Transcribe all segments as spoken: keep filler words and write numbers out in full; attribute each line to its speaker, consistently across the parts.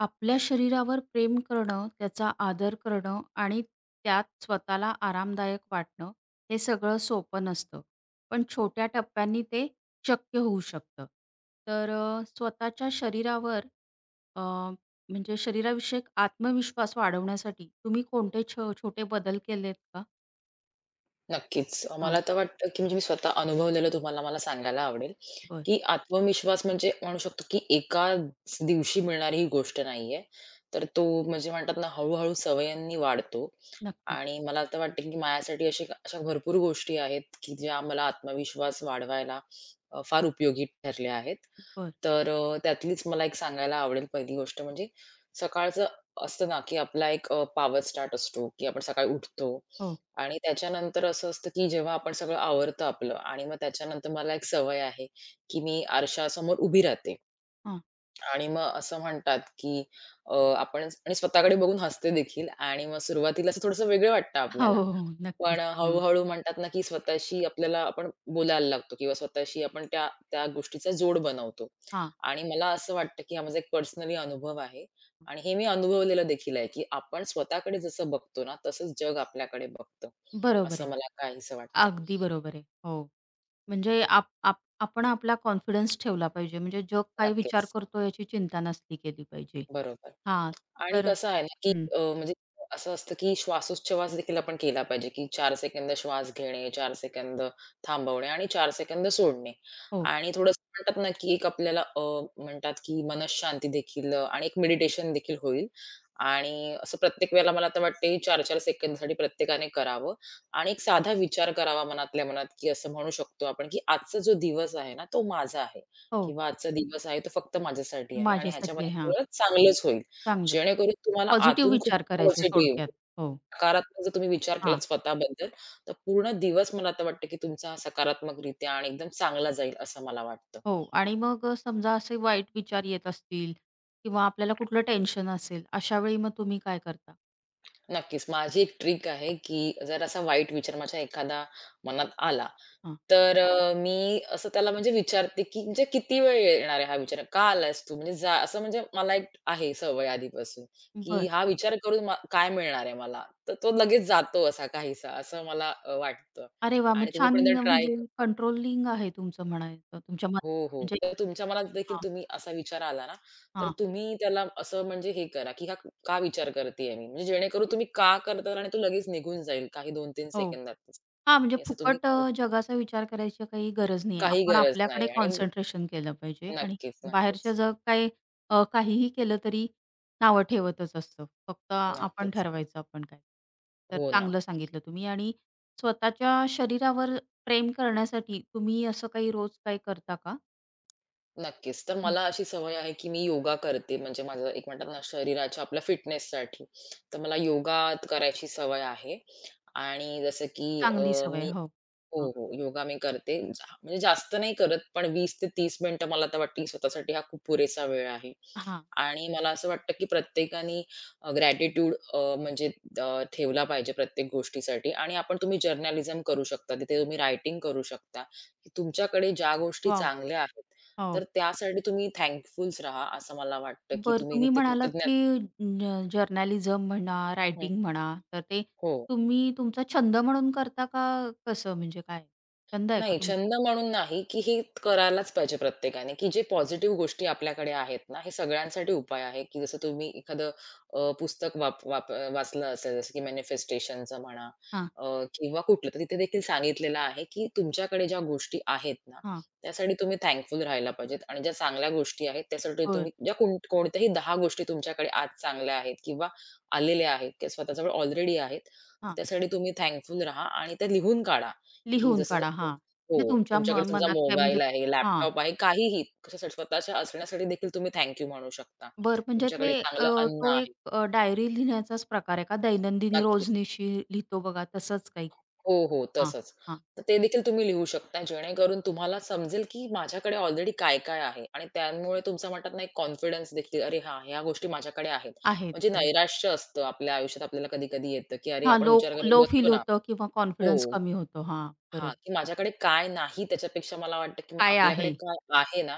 Speaker 1: आपल्या शरीरावर प्रेम करणं, त्याचा आदर करणं आणि त्यात स्वतःला आरामदायक वाटणं, हे सगळं सोपं नसतं. पण छोट्या टप्प्यांनी ते शक्य होऊ शकतं. तर अ, स्वतःच्या शरीरावर अ, म्हणजे शरीराविषयक आत्मविश्वास वाढवण्यासाठी तुम्ही कोणते छो छोटे बदल केलेत का?
Speaker 2: नक्कीच. अ,
Speaker 1: हां,
Speaker 2: मला तर वाटतं, की म्हणजे मी स्वतः अनुभवलेलं तुम्हाला मला सांगायला आवडेल,
Speaker 1: बरं.
Speaker 2: की आत्मविश्वास म्हणजे म्हणू शकतो, की एकाच दिवशी मिळणारी ही गोष्ट नाहीये. तर तो म्हणजे म्हणतात ना, हळू-हळू सवयींनी वाढतो.
Speaker 1: नक्कीच.
Speaker 2: आणि मला तर वाटतं, की माझ्यासाठी अशी अशा भरपूर गोष्टी आहेत, की ज्या मला आत्मविश्वास वाढवायला अ, फार उपयोगी ठरल्या आहेत.
Speaker 1: बरं.
Speaker 2: तर अ, त्यातलीच मला एक सांगायला आवडेल पहिली गोष्ट म्हणजे सकाळचं असतं ना, की आपला एक पावर पॉवर स्टार्ट असतो, की आपण सकाळी उठतो
Speaker 1: हो.
Speaker 2: आणि त्याच्यानंतर असं असतं, की जेव्हा आपण सगळं आवरतं आपलं आणि मग त्याच्यानंतर मला एक सवय आहे, की मी आरशासमोर उभी राहते
Speaker 1: हां.
Speaker 2: आणि मग असं म्हणतात, की अ, आपण आणि स्वतःकडे बघून हसते देखील आणि मग सुरुवातीला असं थोडंसं वेगळं वाटतं
Speaker 1: हो,
Speaker 2: आपल्याला.
Speaker 1: हो, हो.
Speaker 2: पण
Speaker 1: नक्कीच.
Speaker 2: अ,
Speaker 1: हां.
Speaker 2: हळू म्हणतात ना, की स्वतःशी आपल्याला आपण बोलायला लागतो किंवा स्वतःशी आपण त्या त्या गोष्टीचा जोड बनवतो.
Speaker 1: हां.
Speaker 2: आणि मला असं वाटतं, की हा माझा एक पर्सनली अनुभव आहे आणि हे मी अनुभवलेलं देखील आहे, की आपण स्वतःकडे जसं बघतो ना, तसंच जग आपल्याकडे बघतं.
Speaker 1: बरोबर
Speaker 2: असं
Speaker 1: आहे.
Speaker 2: मला काहीसं वाटतं.
Speaker 1: अगदी बरोबर आहे. हो. म्हणजे आप आप आपण आपला कॉन्फिडन्स ठेवला पाहिजे. म्हणजे जग काय विचार
Speaker 2: नक्कीच.
Speaker 1: करतो याची चिंता नसली केली पाहिजे.
Speaker 2: बरोबर.
Speaker 1: हां,
Speaker 2: आणि
Speaker 1: तर
Speaker 2: कसं आहे ना, की
Speaker 1: हं,
Speaker 2: अ, म्हणजे असं असतं, की श्वासोच्छवास देखील आपण केला पाहिजे, की चार सेकंद श्वास घेणे, चार सेकंद थांबवणे आणि चार सेकंद सोडणे.
Speaker 1: हो,
Speaker 2: आणि थोडंसं म्हणतात ना, की एक आपल्याला अ, म्हणतात, की मनःशांती देखील अ, आणि एक मेडिटेशन देखील होईल. आणि असं प्रत्येक वेळेला मला तर वाटते चार चार सेकंदसाठी प्रत्येकाने करावं आणि एक साधा विचार करावा मनातल्या मनात, की असं म्हणू शकतो आपण, की आजचा जो दिवस आहे ना, तो माझा आहे.
Speaker 1: हो.
Speaker 2: किंवा आजचा दिवस आहे तो फक्त माझ्यासाठी आहे आणि
Speaker 1: माझ्यासाठी
Speaker 2: ह्याच्यामध्ये
Speaker 1: आहे हां,
Speaker 2: सगळं चांगलंच होईल.
Speaker 1: चांगलं.
Speaker 2: जेणेकरून तुम्हाला
Speaker 1: पॉझिटिव्ह
Speaker 2: आतून खूप
Speaker 1: विचार करायचे
Speaker 2: पॉझिटिव्ह,
Speaker 1: थोडक्यात. हो,
Speaker 2: सकारात्मक जर तुम्ही विचार
Speaker 1: हां,
Speaker 2: केलात स्वतःबद्दल, तर पूर्ण दिवस मला आता वाटतं की तुमचा सकारात्मकरित्या आणि एकदम चांगला जाईल असं मला वाटतं.
Speaker 1: हो. आणि मग अ, समजा असे वाईट विचार येत असतील किंवा आपल्याला कुठलं टेन्शन असेल, अशा वेळी मग तुम्ही काय करता?
Speaker 2: नक्कीच. माझी एक ट्रिक आहे, की जर असा वाईट विचार माझ्या एखादा मनात आला,
Speaker 1: हां,
Speaker 2: तर अ, मी असं त्याला म्हणजे विचारते, की म्हणजे किती वेळ येणार आहे हा विचार? का आलायस तू? म्हणजे जा असं म्हणजे मला एक आहे सवय आधीपासून, की
Speaker 1: बरं.
Speaker 2: हा विचार करून म काय मिळणार आहे मला? तर तो लगेच जातो असा काहीसा असं मला अ, वाटतं
Speaker 1: अरे वाह! मग
Speaker 2: आणि तुम्ही
Speaker 1: छान
Speaker 2: पण जर ट्राय
Speaker 1: म्हणजे कंट्रोलिंग आहे तुमचं म्हणायचं तुमच्या
Speaker 2: हो,
Speaker 1: मनावर
Speaker 2: हो.
Speaker 1: म्हणजे
Speaker 2: तर तुमच्या मनात देखील
Speaker 1: हां,
Speaker 2: तुम्ही असा विचार आला ना, तर
Speaker 1: हां.
Speaker 2: तुम्ही त्याला असं म्हणजे हे करा, की हा का विचार करतेय मी? म्हणजे जेणेकरून तुम्ही का करता आणि तो लगेच निघून जाईल काही दोन तीन
Speaker 1: हो.
Speaker 2: सेकंदातच.
Speaker 1: हां, म्हणजे
Speaker 2: हे असं तुम्ही
Speaker 1: फुकट
Speaker 2: क
Speaker 1: अ, जगाचा विचार करायची काही गरज नाहीये.
Speaker 2: काही
Speaker 1: आपण
Speaker 2: गरज
Speaker 1: आपल्याकडे
Speaker 2: नाही आणि
Speaker 1: कॉन्सन्ट्रेशन केलं पाहिजे आणि
Speaker 2: नक्कीच,
Speaker 1: बाहेरचं
Speaker 2: नक्कीच,
Speaker 1: जग काय अ, काहीही केलं तरी नावं ठेवतच असतं. फक्त आपण
Speaker 2: नक्कीच.
Speaker 1: ठरवायचं आपण काय. तर
Speaker 2: हो ना.
Speaker 1: चांगलं सांगितलं तुम्ही आणि स्वतःच्या शरीरावर प्रेम करण्यासाठी तुम्ही असं काही रोज काही करता का?
Speaker 2: नक्कीच. तर
Speaker 1: हं.
Speaker 2: मला अशी सवय आहे, की मी योगा करते. म्हणजे माझं एक म्हणतात ना शरीराच्या आपल्या फिटनेससाठी. तर मला योगा करायची सवय आहे आणि जसं की अ,
Speaker 1: चांगली सवय
Speaker 2: मी
Speaker 1: हो.
Speaker 2: हो,
Speaker 1: हां,
Speaker 2: हो. योगा मी करते. जा म्हणजे जास्त नाही करत, पण वीस ते तीस मिनिटं मला तर वाटतं, की स्वतःसाठी हा खूप पुरेसा वेळ आहे.
Speaker 1: हां.
Speaker 2: आणि मला असं वाटतं, की प्रत्येकाने अ, ग्रॅटिट्यूड अ, म्हणजे अ, ठेवला पाहिजे प्रत्येक गोष्टीसाठी. आणि आपण तुम्ही जर्नलिझम करू शकता. तिथे तुम्ही रायटिंग करू शकता, की तुमच्याकडे ज्या गोष्टी
Speaker 1: वॉव!
Speaker 2: चांगल्या आहेत,
Speaker 1: हो.
Speaker 2: तर त्यासाठी तुम्ही थँकफुलच राहा, असं मला वाटतं, की
Speaker 1: बरं
Speaker 2: तुम्ही
Speaker 1: तुम्ही
Speaker 2: तिथे
Speaker 1: म्हणालात,
Speaker 2: कृतज्ञ
Speaker 1: की ज म्हणा,
Speaker 2: हं.
Speaker 1: रायटिंग म्हणा, तर ते
Speaker 2: हो.
Speaker 1: तुम्ही तुमचा छंद म्हणून करता का कसं म्हणजे काय? छंद आहे का
Speaker 2: नाही,
Speaker 1: तुमचा?
Speaker 2: छंद म्हणून नाही, की हे करायलाच पाहिजे प्रत्येकाने, की जे पॉझिटिव्ह गोष्टी आपल्याकडे आहेत ना, हे सगळ्यांसाठी उपाय आहे, की जसं तुम्ही एखादं अ, पुस्तक वाप वाप वाचलं असेल, जसं की मॅनिफेस्टेशनचं म्हणा
Speaker 1: हां,
Speaker 2: अ, किंवा कुठलं, तर तिथे देखील सांगितलेलं आहे, की तुमच्याकडे ज्या गोष्टी आहेत ना,
Speaker 1: हां,
Speaker 2: त्यासाठी तुम्ही थँकफुल राहायला पाहिजेत आणि ज्या चांगल्या गोष्टी आहेत, त्यासाठी
Speaker 1: बरं.
Speaker 2: तुम्ही ज्या कोण कोणत्याही दहा गोष्टी तुमच्याकडे आज चांगल्या आहेत किंवा आलेल्या आहेत किंवा स्वतःजवळ ऑलरेडी आहेत, तर
Speaker 1: हां,
Speaker 2: त्यासाठी तुम्ही थँकफुल राहा आणि त्या लिहून काढा, की
Speaker 1: लिहून
Speaker 2: जसं
Speaker 1: काढा. हां,
Speaker 2: हो,
Speaker 1: म्हणजे तुमच्या
Speaker 2: तुमच्याकडे
Speaker 1: म
Speaker 2: तुमचा
Speaker 1: मनात काय म्हणजे
Speaker 2: मोबाईल आहे,
Speaker 1: हां,
Speaker 2: लॅपटॉप आहे, काहीही कशासाठी स्वतःच्या असण्यासाठी देखील तुम्ही थँक म्हणू शकता.
Speaker 1: बरं म्हणजे
Speaker 2: तुमच्याकडे
Speaker 1: ते अ,
Speaker 2: चांगलं अन्न
Speaker 1: तो एक
Speaker 2: आहे.
Speaker 1: अ, डायरी लिहिण्याचाच प्रकार आहे का? दैनंदिनी
Speaker 2: नक्कीच.
Speaker 1: रोजनिशी लिहितो बघा तसंच काही?
Speaker 2: हो, हो,
Speaker 1: हां,
Speaker 2: तसंच.
Speaker 1: हां,
Speaker 2: तर ते देखील तुम्ही लिहू शकता जेणेकरून तुम्हाला समजेल, की माझ्याकडे ऑलरेडी काय-काय आहे आणि त्यामुळे तुमचा म्हणतात ना, एक कॉन्फिडन्स देखील, "अरे हां, ह्या गोष्टी माझ्याकडे आहेत."
Speaker 1: आहेत
Speaker 2: म्हणजे
Speaker 1: बरोबर.
Speaker 2: नैराश्य असतं आपल्या आयुष्यात आपल्याला कधी-कधी येतं, की अरे
Speaker 1: हां,
Speaker 2: आपण
Speaker 1: लो
Speaker 2: विचार करत
Speaker 1: लो
Speaker 2: बसतो
Speaker 1: फील
Speaker 2: ना
Speaker 1: होतं किंवा
Speaker 2: हो.
Speaker 1: कॉन्फिडन्स कमी होतो. हां,
Speaker 2: हां,
Speaker 1: बरोबर.
Speaker 2: की माझ्याकडे काय नाही त्याच्यापेक्षा मला वाटतं, की
Speaker 1: काय
Speaker 2: आपल्याकडे
Speaker 1: आहे?
Speaker 2: काय आहे ना,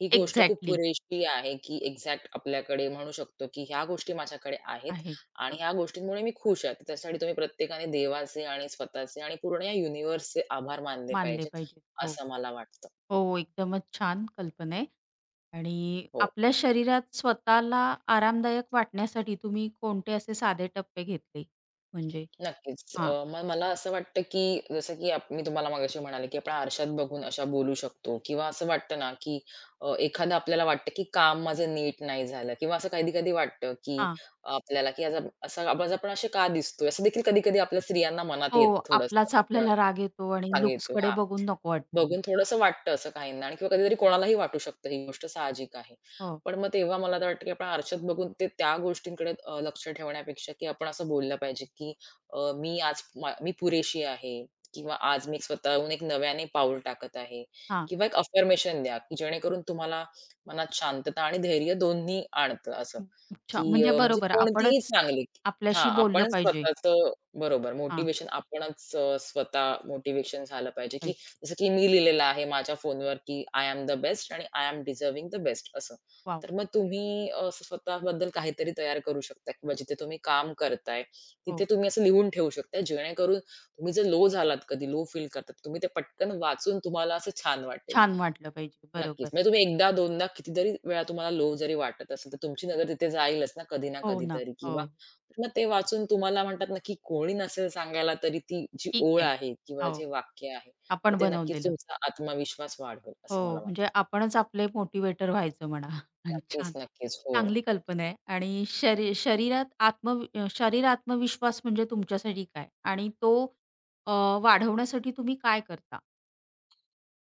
Speaker 2: ही गोष्ट खूप
Speaker 1: एक्झॅक्टली.
Speaker 2: पुरेशी आहे, की एक्झॅक्ट आपल्याकडे म्हणू शकतो, की ह्या गोष्टी माझ्याकडे आहेत
Speaker 1: आहेत.
Speaker 2: आणि
Speaker 1: हां,
Speaker 2: ह्या गोष्टींमुळे मी खुश आहे. तर त्यासाठी तुम्ही प्रत्येकाने देवाचे आणि स्वतःचे आणि पूर्ण या युनिव्हर्सचे आभार मानले
Speaker 1: मानले
Speaker 2: पाहिजेत,
Speaker 1: पाहिजेत. हो,
Speaker 2: असं मला वाटतं.
Speaker 1: हो, एकदमच छान कल्पना आहे आणि
Speaker 2: हो.
Speaker 1: आपल्या शरीरात स्वतःला आरामदायक वाटण्यासाठी तुम्ही कोणते असे साधे टप्पे घेतले? म्हणजे
Speaker 2: नक्कीच. अ,
Speaker 1: हां,
Speaker 2: मग मला असं वाटतं, की जसं की आप मी तुम्हाला मगाशी म्हणाले, की आपण आरशात बघून अशा बोलू शकतो किंवा असं वाटतं ना, की अ, एखादं आपल्याला वाटतं, की काम माझं नीट नाही झालं किंवा असं कधी-कधी वाटतं, की
Speaker 1: हां.
Speaker 2: आपल्याला, की असं असं आपण आपण असे का दिसतोय? असं देखील कधी-कधी आपल्या स्त्रियांना मनात
Speaker 1: हो,
Speaker 2: येत थोडंसं
Speaker 1: आपलाच
Speaker 2: आपण
Speaker 1: आपल्याला राग येतो आणि
Speaker 2: मागे येतो.
Speaker 1: लुक्सकडे बघून नको वाटतं मग.
Speaker 2: बघून थोडंसं वाटतं असं काहींना आणि किंवा कधीतरी कोणालाही वाटू शकतं ही गोष्ट साहजिक आहे.
Speaker 1: हो,
Speaker 2: पण मग तेव्हा मला तर वाटतं, की आपण आरशात बघून ते त्या गोष्टींकडे अ, लक्ष ठेवण्यापेक्षा, की आपण असं बोललं पाहिजे, की अ, "मी आज मा मी पुरेशी आहे." किंवा "आज मी स्वतःहून एक नव्याने पाऊल टाकत आहे."
Speaker 1: हां.
Speaker 2: किंवा एक अफर्मेशन द्या, की जेणेकरून तुम्हाला मनात शांतता आणि धैर्य दोन्ही आणतं असं,
Speaker 1: अच्छा,
Speaker 2: की
Speaker 1: म्हणजे
Speaker 2: अ, म्हणजे
Speaker 1: बरोबर
Speaker 2: कोणतेही
Speaker 1: आपणच
Speaker 2: चांगले हां,
Speaker 1: आपल्याशी बोललं
Speaker 2: आपण
Speaker 1: पाहिजे.
Speaker 2: स्वतःचं बरोबर
Speaker 1: हां,
Speaker 2: मोटिव्हेशन आपणच अ, स्वतः मोटिव्हेशन झालं पाहिजे, की
Speaker 1: पाहिजे.
Speaker 2: जसं की मी लिहिलेलं आहे माझ्या फोनवर, की आय एम द बेस्ट आणि I am deserving the best असं.
Speaker 1: वॉव!
Speaker 2: तर मग तुम्ही असं स्वतःबद्दल काहीतरी तयार करू शकता किंवा जिथे तुम्ही काम करताय, तिथे
Speaker 1: हो,
Speaker 2: तुम्ही असं लिहून ठेवू शकता. जेणेकरून तुम्ही जर लो झालात, कधी लो फील करतात, तुम्ही ते पटकन वाचून तुम्हाला असं छान वाटेल.
Speaker 1: छान वाटलं पाहिजे.
Speaker 2: नक्कीच.
Speaker 1: बरोबर.
Speaker 2: म्हणजे तुम्ही एकदा, दोनदा, कितीतरी वेळा तुम्हाला लो जरी वाटत असेल, तर तुमची नजर तिथे जाईलच ना कधी ना
Speaker 1: हो ना.
Speaker 2: कधीतरी
Speaker 1: हो,
Speaker 2: किंवा मग ते वाचून तुम्हाला म्हणतात ना, की कोणी नसेल सांगायला तरी ती जी
Speaker 1: ठीक
Speaker 2: ओळ
Speaker 1: आहे.
Speaker 2: आहे किंवा
Speaker 1: हो,
Speaker 2: जे वाक्य आहे, तर
Speaker 1: आपण
Speaker 2: ते नक्कीच
Speaker 1: बनवलेलं.
Speaker 2: तुमचा आत्मविश्वास वाढवेल असं मला
Speaker 1: हो,
Speaker 2: वाटतं.
Speaker 1: म्हणजे आपणच आपले मोटिवेटर व्हायचं म्हणा.
Speaker 2: नक्कीच,
Speaker 1: छान.
Speaker 2: नक्कीच. हो.
Speaker 1: चांगली कल्पना आहे आणि शरी शरीरात आत्म अ, शरीर आत्मविश्वास म्हणजे तुमच्यासाठी काय? आणि तो अ, वाढवण्यासाठी तुम्ही काय करता?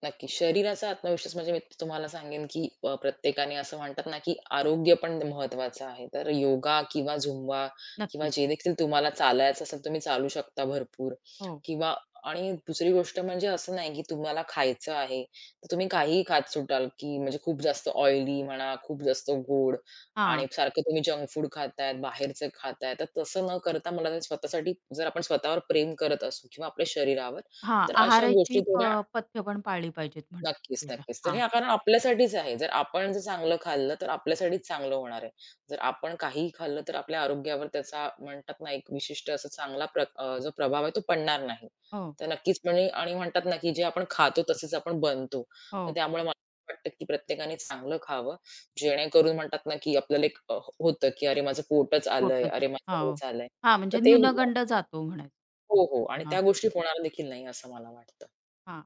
Speaker 2: नक्की. शरीराचा आत्मविश्वास म्हणजे मी तुम्हाला सांगेन, की अ, प्रत्येकाने असं म्हणतात ना, की आरोग्य पण महत्वाचं आहे. तर योगा किंवा झुंबा किंवा
Speaker 1: नक्कीच.
Speaker 2: जे देखील तुम्हाला चालायचं असेल, तुम्ही चालू शकता भरपूर
Speaker 1: हो.
Speaker 2: किंवा आणि दुसरी गोष्ट म्हणजे असं नाही, की तुम्हाला खायचं आहे, तर तुम्ही काहीही खात सुटाल, की म्हणजे खूप जास्त ऑइली म्हणा, खूप जास्त गोड
Speaker 1: हां,
Speaker 2: आणि सारखं तुम्ही जंक फूड खाताय, बाहेरचं खाताय. तर तसं न करता मला तर स्वतःसाठी जर आपण स्वतःवर प्रेम करत असू किंवा आपल्या शरीरावर,
Speaker 1: हां.
Speaker 2: तर अशा गोष्टी
Speaker 1: आहाराची प
Speaker 2: थोड्या
Speaker 1: पथ्य पण पाळली पाहिजेत म्हणे
Speaker 2: नक्कीच,
Speaker 1: त्याच्या.
Speaker 2: नक्कीच. तर
Speaker 1: हां.
Speaker 2: हे कारण आपल्यासाठीच आहे. जर आपण जर चांगलं खाल्लं, तर आपल्यासाठीच चांगलं होणार आहे. जर आपण काहीही खाल्लं, तर आपल्या आरोग्यावर त्याचा म्हणतात ना, एक विशिष्ट असा चांगला प्र अ, जो प्रभाव आहे तो पडणार नाही.
Speaker 1: हो,
Speaker 2: तर नक्कीचपणे आणि म्हणतात ना, की जे आपण खातो तसेच आपण बनतो. तर
Speaker 1: हो.
Speaker 2: त्यामुळे मला वाटतं, की प्रत्येकाने चांगलं खावं. जेणेकरून म्हणतात ना, की आपल्याला एक अ, होतं, की "अरे, माझं पोटच आलंय.
Speaker 1: पोटच.
Speaker 2: अरे, माझं हे
Speaker 1: हो.
Speaker 2: झालंय."
Speaker 1: हां,
Speaker 2: तर
Speaker 1: म्हणजे
Speaker 2: ते हो,
Speaker 1: न्यूनगंड जातो म्हणायचं.
Speaker 2: हो हो. आणि
Speaker 1: हां.
Speaker 2: त्या गोष्टी होणार देखील नाही असं मला वाटतं.
Speaker 1: हां.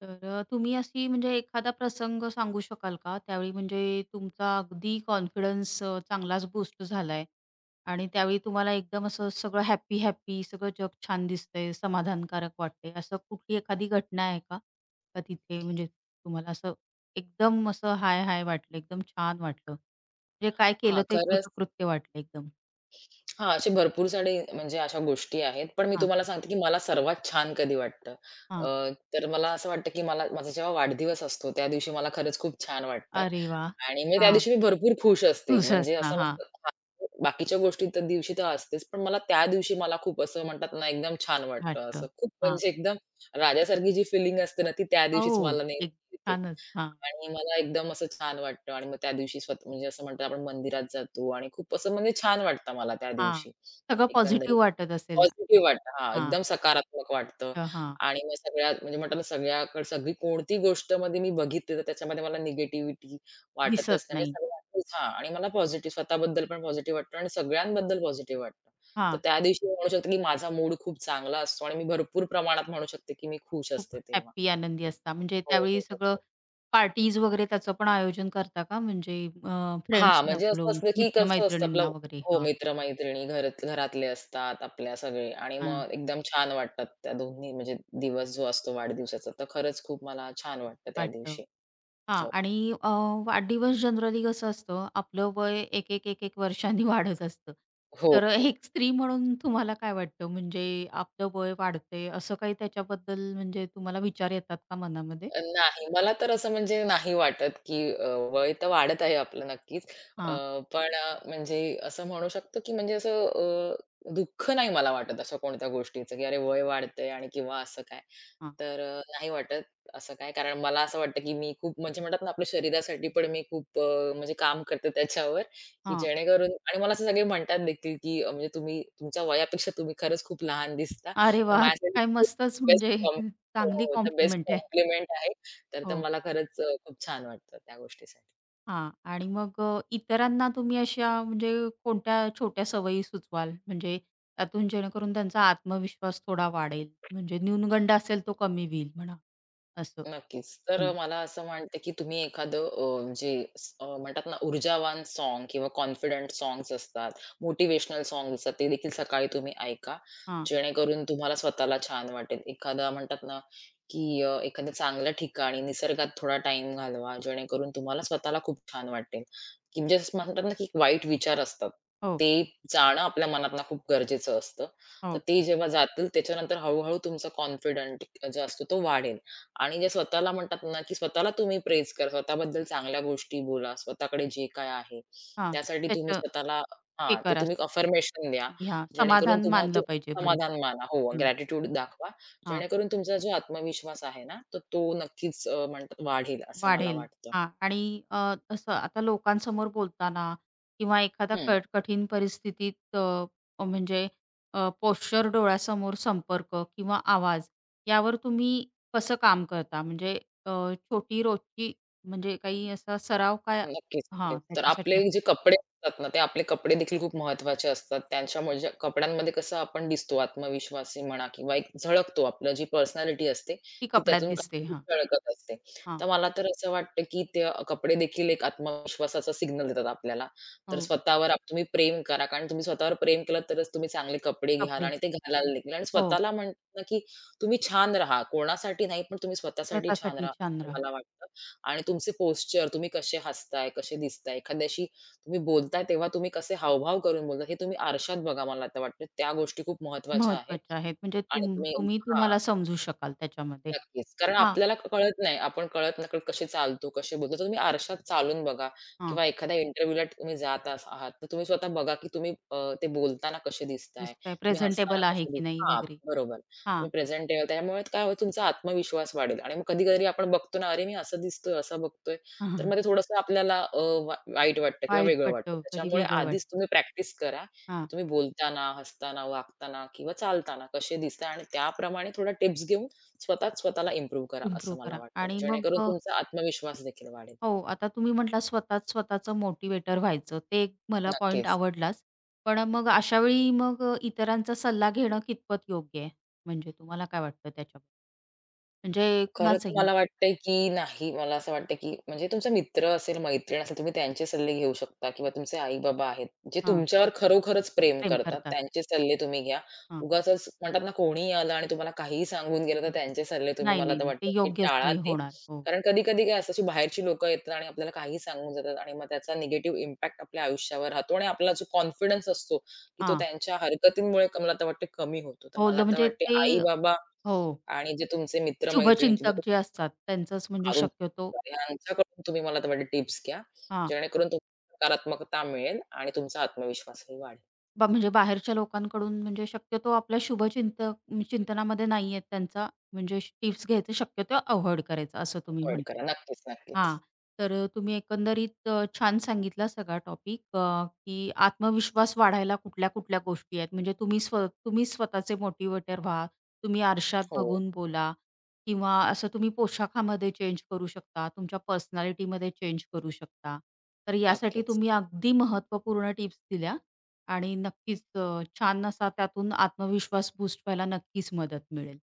Speaker 1: तर अ, तुम्ही अशी म्हणजे एखादा प्रसंग सांगू शकाल का? त्यावेळी म्हणजे तुमचा अगदी कॉन्फिडन्स अ, चांगलाच बूस्ट झालाय आणि त्यावेळी तुम्हाला एकदम असं सगळं हॅपी-हॅपी सगळं जग छान दिसतंय, समाधानकारक वाटतंय. असं कुठली एखादी घटना आहे का? का तिथे म्हणजे तुम्हाला असं एकदम असं हाय-हाय वाटलं, एकदम छान वाटलं? म्हणजे काय
Speaker 2: हां,
Speaker 1: केलं ते
Speaker 2: खरंच
Speaker 1: कृतकृत्य वाटलं एकदम?
Speaker 2: हां, असे भरपूर सारे म्हणजे अशा गोष्टी आहेत. पण मी
Speaker 1: हां,
Speaker 2: तुम्हाला सांगते, की मला सर्वात छान कधी वाटतं. अ,
Speaker 1: हां.
Speaker 2: तर मला असं वाटतं, की मला माझा जेव्हा वाढदिवस असतो, त्या दिवशी मला खरंच खूप छान वाटतं.
Speaker 1: अरे वाह!
Speaker 2: आणि म्हणजे त्या
Speaker 1: हां.
Speaker 2: दिवशी मी भरपूर खुश असते.
Speaker 1: खुश
Speaker 2: म्हणजे
Speaker 1: असणं.
Speaker 2: असं
Speaker 1: हां,
Speaker 2: वाटतं हां, बाकीच्या गोष्टी त्या दिवशी तर असतेच. पण मला त्या दिवशी मला खूप असं म्हणतात ना, एकदम छान वाटतं.
Speaker 1: वाटतं.
Speaker 2: असं खूप म्हणजे एकदम राजासारखी जी फिलिंग असते ना, ती त्या दिवशीच
Speaker 1: हो,
Speaker 2: मला नेहमी
Speaker 1: एक
Speaker 2: येते.
Speaker 1: छानच. हां,
Speaker 2: आणि मला एकदम असं छान वाटतं आणि मग त्या दिवशी स्वतः म्हणजे असं म्हणतो आपण मंदिरात जातो आणि खूप असं म्हणजे छान वाटतं मला त्या
Speaker 1: हां.
Speaker 2: दिवशी
Speaker 1: सगळं
Speaker 2: एकंदरीत.
Speaker 1: पॉझिटिव्ह वाटत असेल.
Speaker 2: पॉझिटिव्ह वाटतं. हां,
Speaker 1: हां,
Speaker 2: एकदम सकारात्मक वाटतं
Speaker 1: अ, हां.
Speaker 2: आणि मग सगळ्या म्हणजे म्हणतात ना सगळ्याकडे सगळी कोणती गोष्टमध्ये मी बघितली तर त्याच्यामध्ये मला निगेटिव्हिटी वाटतच
Speaker 1: दिसत
Speaker 2: नाही. म्हणजे
Speaker 1: नाही.
Speaker 2: सगळ्यातच हां आणि मला पॉझिटिव्ह स्वतःबद्दल पण पॉझिटिव्ह वाटतं आणि सगळ्यांबद्दल पॉझिटिव्ह वाटतं. तर
Speaker 1: हां,
Speaker 2: त्या दिवशी मी म्हणू शकते, की माझा मूड खूप चांगला असतो आणि मी भरपूर प्रमाणात म्हणू शकते, की मी खुश
Speaker 1: खूप
Speaker 2: असते तेव्हा.
Speaker 1: हॅपी, आनंदी असता. म्हणजे
Speaker 2: हो,
Speaker 1: त्यावेळी
Speaker 2: हो.
Speaker 1: सगळं
Speaker 2: त्याच्यामुळे.
Speaker 1: पार्टीज वगैरे त्याचं पण आयोजन करता का? म्हणजे अ,
Speaker 2: हां,
Speaker 1: फ्रेंड्सना
Speaker 2: म्हणजे असं
Speaker 1: बोलवून
Speaker 2: असतं, की कसं असतं आपलं
Speaker 1: मित्र-मैत्रिणींना वगैरे?
Speaker 2: हो,
Speaker 1: हां,
Speaker 2: मित्र-मैत्रिणी घरात घरातले असतात आपल्या सगळे आणि
Speaker 1: हां.
Speaker 2: मग एकदम छान वाटतात त्या दोन्ही म्हणजे दिवस जो असतो वाढदिवसाचा, तर खरंच खूप मला छान वाटतं त्या
Speaker 1: वाटतं.
Speaker 2: दिवशी.
Speaker 1: हां.
Speaker 2: हो.
Speaker 1: आणि अ, वाढदिवस जनरली कसं असतं, आपलं वय एक एक 1 एक वर्षांनी वाढत असतं.
Speaker 2: हो.
Speaker 1: तर
Speaker 2: हो.
Speaker 1: एक स्त्री म्हणून तुम्हाला काय वाटतं, म्हणजे आपलं वय वाढतंय असं काही त्याच्याबद्दल म्हणजे तुम्हाला विचार येतात का मनामध्ये?
Speaker 2: अ, नाही. मला तर असं म्हणजे नाही वाटत, की अ, वय तर वाढत आहे आपलं नक्कीच. अ,
Speaker 1: हां,
Speaker 2: पण अ, म्हणजे असं म्हणू शकतो, की म्हणजे असं अ, दुःख नाही मला वाटत अशा कोणत्या गोष्टीचं, की अरे वय वाढतंय आणि किंवा असं काय.
Speaker 1: हां,
Speaker 2: तर अ, नाही वाटत असं काय. कारण मला असं वाटतं, की मी खूप म्हणजे म्हणतात ना आपल्या शरीरासाठी पण मी खूप अ, म्हणजे काम करते त्याच्यावर, की
Speaker 1: हां.
Speaker 2: जेणेकरून आणि मला असे सगळे म्हणतात देखील, की अ, म्हणजे तुम्ही तुमच्या वयापेक्षा तुम्ही खरंच खूप लहान दिसता.
Speaker 1: अरे
Speaker 2: तर
Speaker 1: वाह! काय
Speaker 2: माझ्यासाठी
Speaker 1: मस्तच
Speaker 2: बेस्ट
Speaker 1: म्हणजे
Speaker 2: हो,
Speaker 1: चांगली
Speaker 2: हो. द बेस्ट
Speaker 1: कॉम्प्लिमेंट आहे.
Speaker 2: कॉम्प्लिमेंट आहे. तर ते
Speaker 1: हो.
Speaker 2: मला खरंच अ, खूप छान वाटतं त्या गोष्टीसाठी.
Speaker 1: हां. आणि मग अ, इतरांना तुम्ही अशा म्हणजे कोणत्या छोट्या सवयी सुचवाल? म्हणजे त्यातून जेणेकरून त्यांचा आत्मविश्वास थोडा वाढेल, म्हणजे न्यूनगंड असेल तो कमी होईल म्हणा, असं?
Speaker 2: नक्कीच. तर
Speaker 1: हं.
Speaker 2: अ, मला असं वाटतं, की तुम्ही एखादं अ, जे स अ, म्हणतात ना ऊर्जावान सॉन्ग किंवा कॉन्फिडंट सॉन्ग्स असतात, मोटिव्हेशनल सॉन्ग्स असतात, ते देखील सकाळी तुम्ही ऐका.
Speaker 1: हां.
Speaker 2: जेणेकरून तुम्हाला स्वतःला छान वाटेल. एखादा म्हणतात ना, की अ, एखाद्या चांगल्या ठिकाणी निसर्गात थोडा टाईम घालवा, जेणेकरून तुम्हाला स्वतःला खूप छान वाटेल. की म्हणजे असं म्हणतात ना, की वाईट विचार असतात.
Speaker 1: हो,
Speaker 2: ते जाणं आपल्या मनातनं खूप गरजेचं असतं. तर
Speaker 1: हो.
Speaker 2: ते जेव्हा जातील त्याच्यानंतर हळू तुमचा कॉन्फिडंट जो असतो तो वाढेल. आणि जे स्वतःला म्हणतात ना, की स्वतःला तुम्ही प्रेझ करा. स्वतःबद्दल चांगल्या गोष्टी बोला. स्वतःकडे जे काय आहे,
Speaker 1: हां.
Speaker 2: त्यासाठी तुम्ही
Speaker 1: त्याचं
Speaker 2: स्वतःला
Speaker 1: हे
Speaker 2: हां, ते
Speaker 1: करा,
Speaker 2: तुम्ही अफर्मेशन द्या.
Speaker 1: घ्या.
Speaker 2: जेणेकरून
Speaker 1: समाधान
Speaker 2: तुम्हाला
Speaker 1: मानलं
Speaker 2: तू
Speaker 1: पाहिजे. बरोबर.
Speaker 2: समाधान माना. हो,
Speaker 1: हं.
Speaker 2: ग्रॅटिट्यूड दाखवा.
Speaker 1: हां.
Speaker 2: जेणेकरून तुमचा जो आत्मविश्वास आहे ना, तर तो नक्कीच अ, म्हणतात वाढेल असं मला
Speaker 1: वाढेल.
Speaker 2: वाटतं.
Speaker 1: हां. आणि अ, असं आता लोकांसमोर बोलताना किंवा एखादा
Speaker 2: हं.
Speaker 1: कट कठीण परिस्थितीत अ, म्हणजे अ, पोश्चर, डोळ्यासमोर संपर्क किंवा आवाज यावर तुम्ही कसं काम करता? म्हणजे अ, छोटी रोजची म्हणजे काही असा सराव काय
Speaker 2: नक्कीच, नक्कीच.
Speaker 1: हां,
Speaker 2: तर आपले
Speaker 1: त्याच्यासाठी असतो.
Speaker 2: जे कपडे असतात ना, ते आपले कपडे देखील खूप महत्त्वाचे असतात. त्यांच्यामुळे ज्या कपड्यांमध्ये कसं आपण दिसतो आत्मविश्वासी म्हणा किंवा एक झळकतो. आपलं जी पर्सनॅलिटी असते,
Speaker 1: ती
Speaker 2: ती
Speaker 1: कपड्यात
Speaker 2: त्यातून
Speaker 1: दिसते.
Speaker 2: काही
Speaker 1: हां,
Speaker 2: झळकत असते.
Speaker 1: हां.
Speaker 2: तर मला तर असं वाटतं, की ते कपडे देखील एक आत्मविश्वासाचा सिग्नल देतात आपल्याला. तर
Speaker 1: हो,
Speaker 2: स्वतःवर आप तुम्ही प्रेम करा. कारण तुम्ही स्वतःवर प्रेम केलं तरच तुम्ही चांगले कपडे घ्याल
Speaker 1: कपडे.
Speaker 2: आणि ते घालायला देखील आणि
Speaker 1: हो,
Speaker 2: स्वतःला म्हणतात ना, की तुम्ही छान राहा. कोणासाठी नाही, पण तुम्ही स्वतःसाठी छान
Speaker 1: स्वतःसाठी
Speaker 2: राहा,
Speaker 1: छान
Speaker 2: असं
Speaker 1: राहा.
Speaker 2: मला वाटतं. आणि तुमचे पोश्चर, तुम्ही कसे हसताय, कसे दिसताय, एखाद्याशी तुम्ही बोलताय तेव्हा तुम्ही कसे हावभाव करून बोलता, हे तुम्ही आरशात बघा मला आता वाटतं. त्या गोष्टी खूप महत्त्वाच्या आहेत
Speaker 1: महत्वाच्या आहेत. म्हणजे
Speaker 2: आणि
Speaker 1: तुम
Speaker 2: तुम्ही
Speaker 1: तुम्ही
Speaker 2: हां.
Speaker 1: तुम्हाला समजू शकाल त्याच्यामध्ये.
Speaker 2: नक्कीच. कारण
Speaker 1: हां,
Speaker 2: आपल्याला क- कळत नाही. आपण कळत-नकळत कसे चालतो, कसे बोलतो. तर तुम्ही आरशात चालून बघा
Speaker 1: हां.
Speaker 2: किंवा एखाद्या इंटरव्ह्यूला तुम्ही जात अस आहात, तर तुम्ही स्वतः बघा, की तुम्ही अ, ते बोलताना कसे दिसताय,
Speaker 1: दिसतंय
Speaker 2: तुम्ही हसताना
Speaker 1: प्रेझेंटेबल आहे
Speaker 2: कसे दिस
Speaker 1: की नाही
Speaker 2: हां,
Speaker 1: वगैरे.
Speaker 2: बरोबर.
Speaker 1: हां.
Speaker 2: तुम्ही प्रेझेंटेबल त्यामुळे काय होईल तुमचा आत्मविश्वास वाढेल आणि मग कधी-कधी आपण बघतो ना, "अरे, मी असं दिसतोय, असं बघतोय." तर मग ते थोडंसं आपल्याला अ, वा वाईट वाटतं किंवा
Speaker 1: वाईट
Speaker 2: वेगळं वाटतं.
Speaker 1: वाटतं, कधी
Speaker 2: त्याच्यामुळे
Speaker 1: वेगळं
Speaker 2: आधीच
Speaker 1: वाटतं.
Speaker 2: तुम्ही प्रॅक्टिस करा, की
Speaker 1: हां,
Speaker 2: तुम्ही बोलताना, हसताना, वागताना किंवा चालताना कसे दिसताय आणि त्याप्रमाणे थोड्या टिप्स घेऊन स्वतःच स्वतःला इम्प्रूव्ह करा असं
Speaker 1: इम्प्रूव्ह
Speaker 2: मला
Speaker 1: करा
Speaker 2: वाटतं.
Speaker 1: आणि मग
Speaker 2: जेणेकरून
Speaker 1: अ,
Speaker 2: तुमचा आत्मविश्वास देखील वाढेल.
Speaker 1: हो, आता तुम्ही म्हटला स्वतःच स्वतःचं मोटिव्हेटर व्हायचं. ते एक मला पॉइंट
Speaker 2: नक्कीच.
Speaker 1: आवडलाच. पण मग अशा वेळी मग अ, इतरांचा सल्ला घेणं कितपत योग्य आहे? म्हणजे तुम्हाला काय वाटतं त्याच्याबद्दल? म्हणजे
Speaker 2: खरं तर
Speaker 1: कुणाचंही
Speaker 2: मला वाटतंय, की नाही. मला असं वाटतं, की म्हणजे तुमचा मित्र असेल, मैत्रीण असेल, तुम्ही त्यांचे सल्ले घेऊ शकता किंवा तुमचे आई-बाबा आहेत, जे
Speaker 1: हां,
Speaker 2: तुमच्यावर खरोखरच प्रेम
Speaker 1: प्रेम
Speaker 2: करतात,
Speaker 1: करतात.
Speaker 2: त्यांचे सल्ले तुम्ही घ्या.
Speaker 1: हां.
Speaker 2: उगाचच म्हणतात ना, कोणीही आलं आणि तुम्हाला काहीही सांगून गेलं, तर त्यांचे सल्ले तुम्ही
Speaker 1: नाही,
Speaker 2: मला
Speaker 1: नाही,
Speaker 2: तर
Speaker 1: नाही. ते
Speaker 2: वाटतं, की
Speaker 1: योग्यच
Speaker 2: टाळा
Speaker 1: नाही
Speaker 2: ते.
Speaker 1: होणार. हो.
Speaker 2: कारण कधी-कधी काय असतं, अशी बाहेरची लोकं येतात आणि आपल्याला काहीही सांगून जातात आणि मग त्याचा निगेटिव्ह इम्पॅक्ट आपल्या आयुष्यावर राहतो आणि आपला जो कॉन्फिडन्स असतो, की तो
Speaker 1: हां.
Speaker 2: त्यांच्या हरकतींमुळे क- मला तर वाटतं कमी होतो. तर
Speaker 1: हो,
Speaker 2: मला
Speaker 1: ल-
Speaker 2: तर
Speaker 1: म्हणजे
Speaker 2: वाटते
Speaker 1: ते
Speaker 2: आई-बाबा
Speaker 1: हो.
Speaker 2: आणि जे तुमचे मित्र-मैत्रिणी किंवा
Speaker 1: शुभचिंतक जे असतात त्यांचंच म्हणजे शक्यतो
Speaker 2: तुमचे आजू- यांच्याकडून तुम्ही मला तर वाटतं टिप्स घ्या,
Speaker 1: हां,
Speaker 2: जेणेकरून तुम्हाला सकारात्मकता मिळेल आणि तुमचा आत्मविश्वासही वाढेल.
Speaker 1: बा म्हणजे बाहेरच्या लोकांकडून म्हणजे शक्यतो आपल्या शुभचिंतक चिंतनामध्ये नाही आहेत त्यांचा म्हणजे टिप्स घ्यायचं शक्यतो अव्हॉइड करायचं असं तुम्ही
Speaker 2: अव्हॉइड
Speaker 1: म्हणताय.
Speaker 2: करा. नक्कीच, नक्कीच.
Speaker 1: हां, तर तुम्ही एकंदरीत अ, छान सांगितला सगळा टॉपिक अ, की आत्मविश्वास वाढायला कुठल्या-कुठल्या गोष्टी आहेत. म्हणजे तुम्ही स्व तुम्ही स्वतःचे मोटिव्हेटर व्हा, तुम्ही आरशात
Speaker 2: हो,
Speaker 1: बघून बोला किंवा असं तुम्ही पोशाखामध्ये चेंज करू शकता, तुमच्या पर्सनॅलिटीमध्ये चेंज करू शकता. तर यासाठी
Speaker 2: नक्कीच.
Speaker 1: तुम्ही अगदी महत्त्वपूर्ण टिप्स दिल्या आणि नक्कीच अ, छान असा त्यातून आत्मविश्वास बूस्ट व्हायला नक्कीच मदत मिळेल.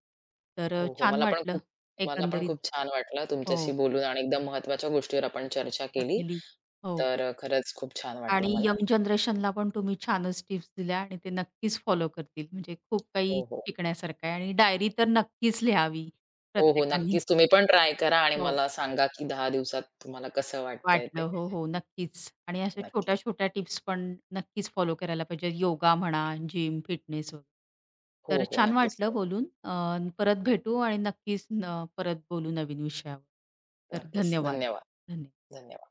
Speaker 1: तर अ,
Speaker 2: हो, हो.
Speaker 1: छान
Speaker 2: मला पण
Speaker 1: वाटलं
Speaker 2: खूप मला पण
Speaker 1: एकंदरीत
Speaker 2: खूप छान वाटलं
Speaker 1: हो,
Speaker 2: तुमच्याशी बोलून आणि एकदम महत्त्वाच्या गोष्टीवर आपण चर्चा केली.
Speaker 1: टाकलेली हो.
Speaker 2: तर खरंच खूप छान वाटलं
Speaker 1: आणि
Speaker 2: मला.
Speaker 1: यंग जनरेशनला पण तुम्ही छानच टिप्स दिल्या आणि ते नक्कीच फॉलो करतील. म्हणजे खूप काही
Speaker 2: हो, हो.
Speaker 1: शिकण्यासारखं आहे आणि डायरी तर नक्कीच लिहावी
Speaker 2: हो, हो.
Speaker 1: प्रत्येकाने.
Speaker 2: नक्कीच तुम्ही पण ट्राय करा आणि
Speaker 1: हो.
Speaker 2: मला सांगा, की दहा दिवसात तुम्हाला कसं वाटतंय
Speaker 1: वाटलं.
Speaker 2: ते.
Speaker 1: हो, हो. नक्कीच. आणि अशा
Speaker 2: नक्कीच.
Speaker 1: छोट्या-छोट्या टिप्स पण नक्कीच फॉलो करायला पाहिजे. योगा म्हणा, जिम, फिटनेस वगैरे.
Speaker 2: हो,
Speaker 1: तर
Speaker 2: हो.
Speaker 1: छान
Speaker 2: नक्कीच.
Speaker 1: वाटलं बोलून. अ, परत भेटू आणि नक्कीच न परत बोलू नवीन विषयावर. तर
Speaker 2: नक्कीच.
Speaker 1: धन्यवाद.
Speaker 2: धन्यवाद.
Speaker 1: धन्यवाद.
Speaker 2: धन्यवाद.